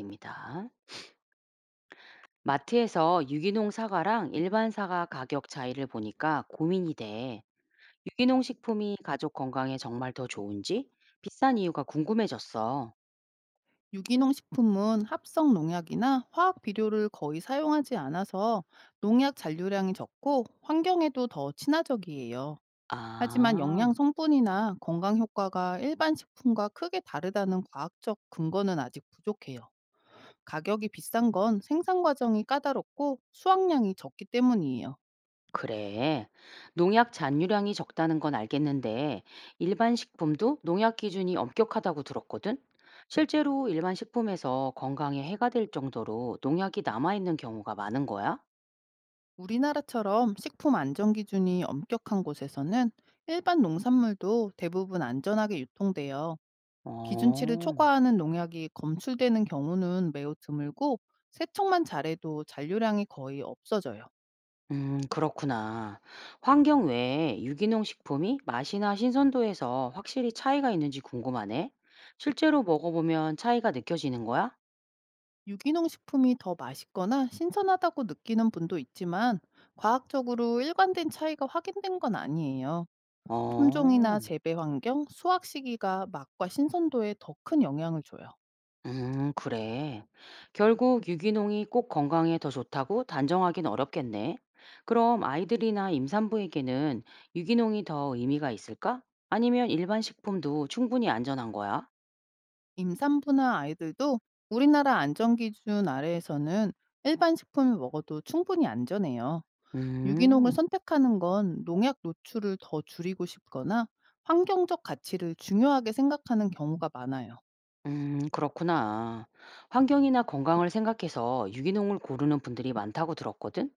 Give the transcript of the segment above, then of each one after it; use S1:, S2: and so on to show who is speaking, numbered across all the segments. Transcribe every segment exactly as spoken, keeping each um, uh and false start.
S1: 입니다. 마트에서 유기농 사과랑 일반 사과 가격 차이를 보니까 고민이 돼. 유기농 식품이 가족 건강에 정말 더 좋은지 비싼 이유가 궁금해졌어.
S2: 유기농 식품은 합성 농약이나 화학 비료를 거의 사용하지 않아서 농약 잔류량이 적고 환경에도 더 친화적이에요. 하지만
S1: 아,
S2: 영양 성분이나 건강 효과가 일반 식품과 크게 다르다는 과학적 근거는 아직 부족해요. 가격이 비싼 건 생산 과정이 까다롭고 수확량이 적기 때문이에요.
S1: 그래. 농약 잔유량이 적다는 건 알겠는데 일반 식품도 농약 기준이 엄격하다고 들었거든? 실제로 일반 식품에서 건강에 해가 될 정도로 농약이 남아있는 경우가 많은 거야?
S2: 우리나라처럼 식품 안전 기준이 엄격한 곳에서는 일반 농산물도 대부분 안전하게 유통돼요. 기준치를
S1: 어.
S2: 초과하는 농약이 검출되는 경우는 매우 드물고 세척만 잘해도 잔류량이 거의 없어져요.
S1: 음, 그렇구나. 환경 외에 유기농 식품이 맛이나 신선도에서 확실히 차이가 있는지 궁금하네. 실제로 먹어보면 차이가 느껴지는 거야?
S2: 유기농 식품이 더 맛있거나 신선하다고 느끼는 분도 있지만 과학적으로 일관된 차이가 확인된 건 아니에요.
S1: 어,
S2: 품종이나 재배 환경, 수확 시기가 맛과 신선도에 더 큰 영향을 줘요.
S1: 음, 그래. 결국 유기농이 꼭 건강에 더 좋다고 단정하긴 어렵겠네. 그럼 아이들이나 임산부에게는 유기농이 더 의미가 있을까? 아니면 일반 식품도 충분히 안전한 거야?
S2: 임산부나 아이들도 우리나라 안전 기준 아래에서는 일반 식품을 먹어도 충분히 안전해요. 유기농을
S1: 음.
S2: 선택하는 건 농약 노출을 더 줄이고 싶거나 환경적 가치를 중요하게 생각하는 경우가 많아요.
S1: 음, 그렇구나. 환경이나 건강을 생각해서 유기농을 고르는 분들이 많다고 들었거든?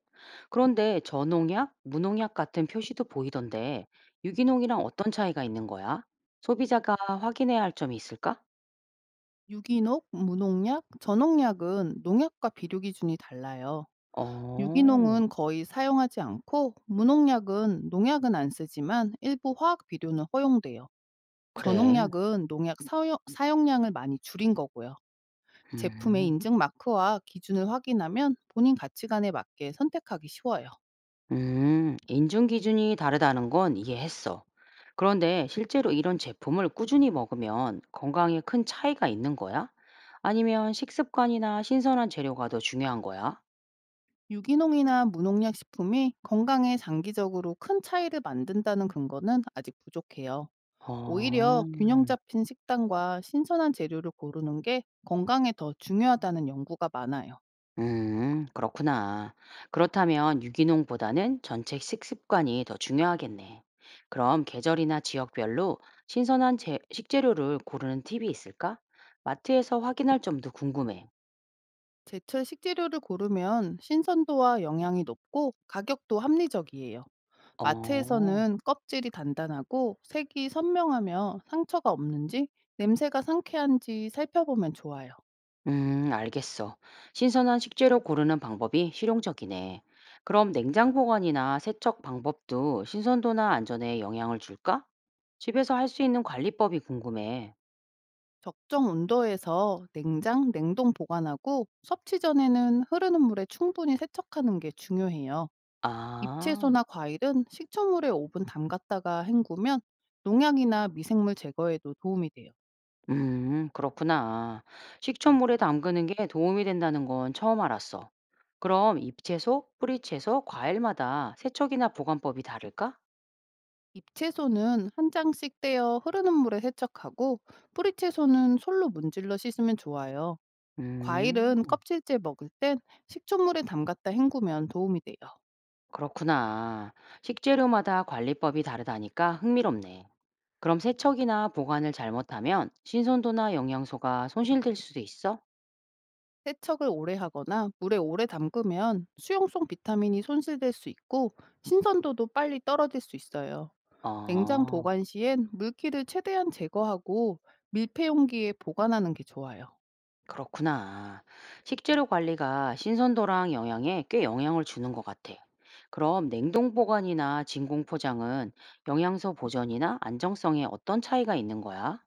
S1: 그런데 저농약, 무농약 같은 표시도 보이던데 유기농이랑 어떤 차이가 있는 거야? 소비자가 확인해야 할 점이 있을까?
S2: 유기농, 무농약, 전농약은 농약과 비료 기준이 달라요.
S1: 어,
S2: 유기농은 거의 사용하지 않고 무농약은 농약은 안 쓰지만 일부 화학 비료는 허용돼요.
S1: 그래.
S2: 전농약은 농약 사용, 사용량을 많이 줄인 거고요. 제품의
S1: 음,
S2: 인증 마크와 기준을 확인하면 본인 가치관에 맞게 선택하기 쉬워요.
S1: 음, 인증 기준이 다르다는 건 이해했어. 그런데 실제로 이런 제품을 꾸준히 먹으면 건강에 큰 차이가 있는 거야? 아니면 식습관이나 신선한 재료가 더 중요한 거야?
S2: 유기농이나 무농약 식품이 건강에 장기적으로 큰 차이를 만든다는 근거는 아직 부족해요. 오히려 균형
S1: 어.
S2: 잡힌 식단과 신선한 재료를 고르는 게 건강에 더 중요하다는 연구가 많아요.
S1: 음 그렇구나. 그렇다면 유기농보다는 전체 식습관이 더 중요하겠네. 그럼 계절이나 지역별로 신선한 제- 식재료를 고르는 팁이 있을까? 마트에서 확인할 점도 궁금해.
S2: 제철 식재료를 고르면 신선도와 영양이 높고 가격도 합리적이에요.
S1: 어.
S2: 마트에서는 껍질이 단단하고 색이 선명하며 상처가 없는지 냄새가 상쾌한지 살펴보면 좋아요.
S1: 음 알겠어. 신선한 식재료 고르는 방법이 실용적이네. 그럼 냉장 보관이나 세척 방법도 신선도나 안전에 영향을 줄까? 집에서 할 수 있는 관리법이 궁금해.
S2: 적정 온도에서 냉장, 냉동 보관하고 섭취 전에는 흐르는 물에 충분히 세척하는 게 중요해요.
S1: 아.
S2: 잎채소나 과일은 식초물에 오 분 담갔다가 헹구면 농약이나 미생물 제거에도 도움이 돼요.
S1: 음, 그렇구나. 식초물에 담그는 게 도움이 된다는 건 처음 알았어. 그럼 잎채소, 뿌리채소, 과일마다 세척이나 보관법이 다를까?
S2: 잎채소는 한 장씩 떼어 흐르는 물에 세척하고 뿌리채소는 솔로 문질러 씻으면 좋아요.
S1: 음,
S2: 과일은 껍질째 먹을 땐 식초물에 담갔다 헹구면 도움이 돼요.
S1: 그렇구나. 식재료마다 관리법이 다르다니까 흥미롭네. 그럼 세척이나 보관을 잘못하면 신선도나 영양소가 손실될 수도 있어?
S2: 세척을 오래 하거나 물에 오래 담그면 수용성 비타민이 손실될 수 있고 신선도도 빨리 떨어질 수 있어요. 냉장
S1: 어.
S2: 보관 시엔 물기를 최대한 제거하고 밀폐 용기에 보관하는 게 좋아요.
S1: 그렇구나. 식재료 관리가 신선도랑 영양에 꽤 영향을 주는 것 같아. 그럼 냉동 보관이나 진공 포장은 영양소 보존이나 안정성에 어떤 차이가 있는 거야?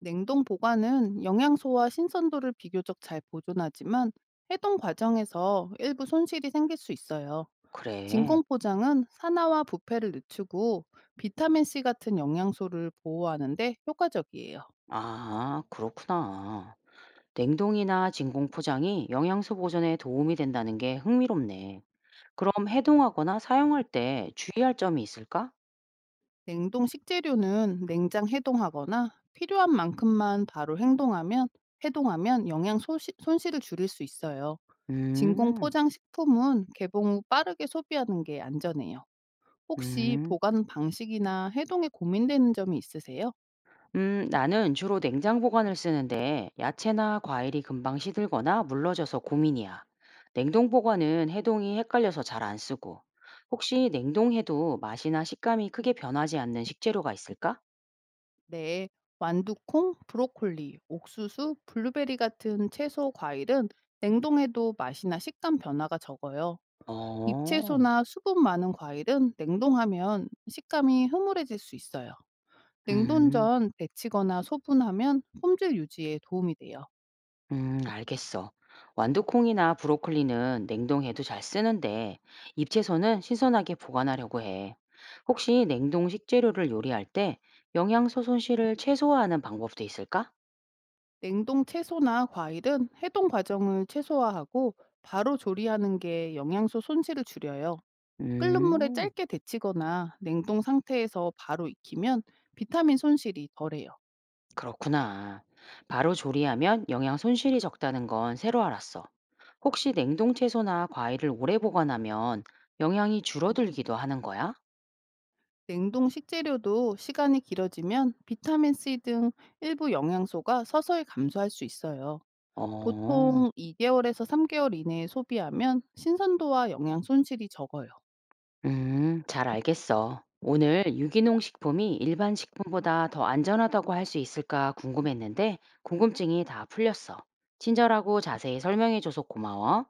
S2: 냉동 보관은 영양소와 신선도를 비교적 잘 보존하지만 해동 과정에서 일부 손실이 생길 수 있어요.
S1: 그래.
S2: 진공 포장은 산화와 부패를 늦추고 비타민 씨 같은 영양소를 보호하는데 효과적이에요.
S1: 아, 그렇구나. 냉동이나 진공 포장이 영양소 보존에 도움이 된다는 게 흥미롭네. 그럼 해동하거나 사용할 때 주의할 점이 있을까?
S2: 냉동 식재료는 냉장 해동하거나 필요한 만큼만 바로 행동하면 해동하면 영양 소시, 손실을 줄일 수 있어요. 진공
S1: 음,
S2: 포장 식품은 개봉 후 빠르게 소비하는 게 안전해요. 혹시
S1: 음.
S2: 보관 방식이나 해동에 고민되는 점이 있으세요?
S1: 음, 나는 주로 냉장 보관을 쓰는데 야채나 과일이 금방 시들거나 물러져서 고민이야. 냉동 보관은 해동이 헷갈려서 잘 안 쓰고. 혹시 냉동해도 맛이나 식감이 크게 변하지 않는 식재료가 있을까?
S2: 네. 완두콩, 브로콜리, 옥수수, 블루베리 같은 채소 과일은 냉동해도 맛이나 식감 변화가 적어요.
S1: 어,
S2: 잎채소나 수분 많은 과일은 냉동하면 식감이 흐물해질 수 있어요. 냉동
S1: 음,
S2: 전 데치거나 소분하면 품질 유지에 도움이 돼요.
S1: 음, 알겠어. 완두콩이나 브로콜리는 냉동해도 잘 쓰는데 잎채소는 신선하게 보관하려고 해. 혹시 냉동 식재료를 요리할 때 영양소 손실을 최소화하는 방법도 있을까?
S2: 냉동 채소나 과일은 해동 과정을 최소화하고 바로 조리하는 게 영양소 손실을 줄여요. 끓는 물에
S1: 음,
S2: 짧게 데치거나 냉동 상태에서 바로 익히면 비타민 손실이 덜해요.
S1: 그렇구나. 바로 조리하면 영양 손실이 적다는 건 새로 알았어. 혹시 냉동 채소나 과일을 오래 보관하면 영양이 줄어들기도 하는 거야?
S2: 냉동 식재료도 시간이 길어지면 비타민 C 등 일부 영양소가 서서히 감소할 수 있어요.
S1: 어,
S2: 보통 이 개월에서 삼 개월 이내에 소비하면 신선도와 영양 손실이 적어요.
S1: 음, 잘 알겠어. 오늘 유기농 식품이 일반 식품보다 더 안전하다고 할 수 있을까 궁금했는데 궁금증이 다 풀렸어. 친절하고 자세히 설명해줘서 고마워.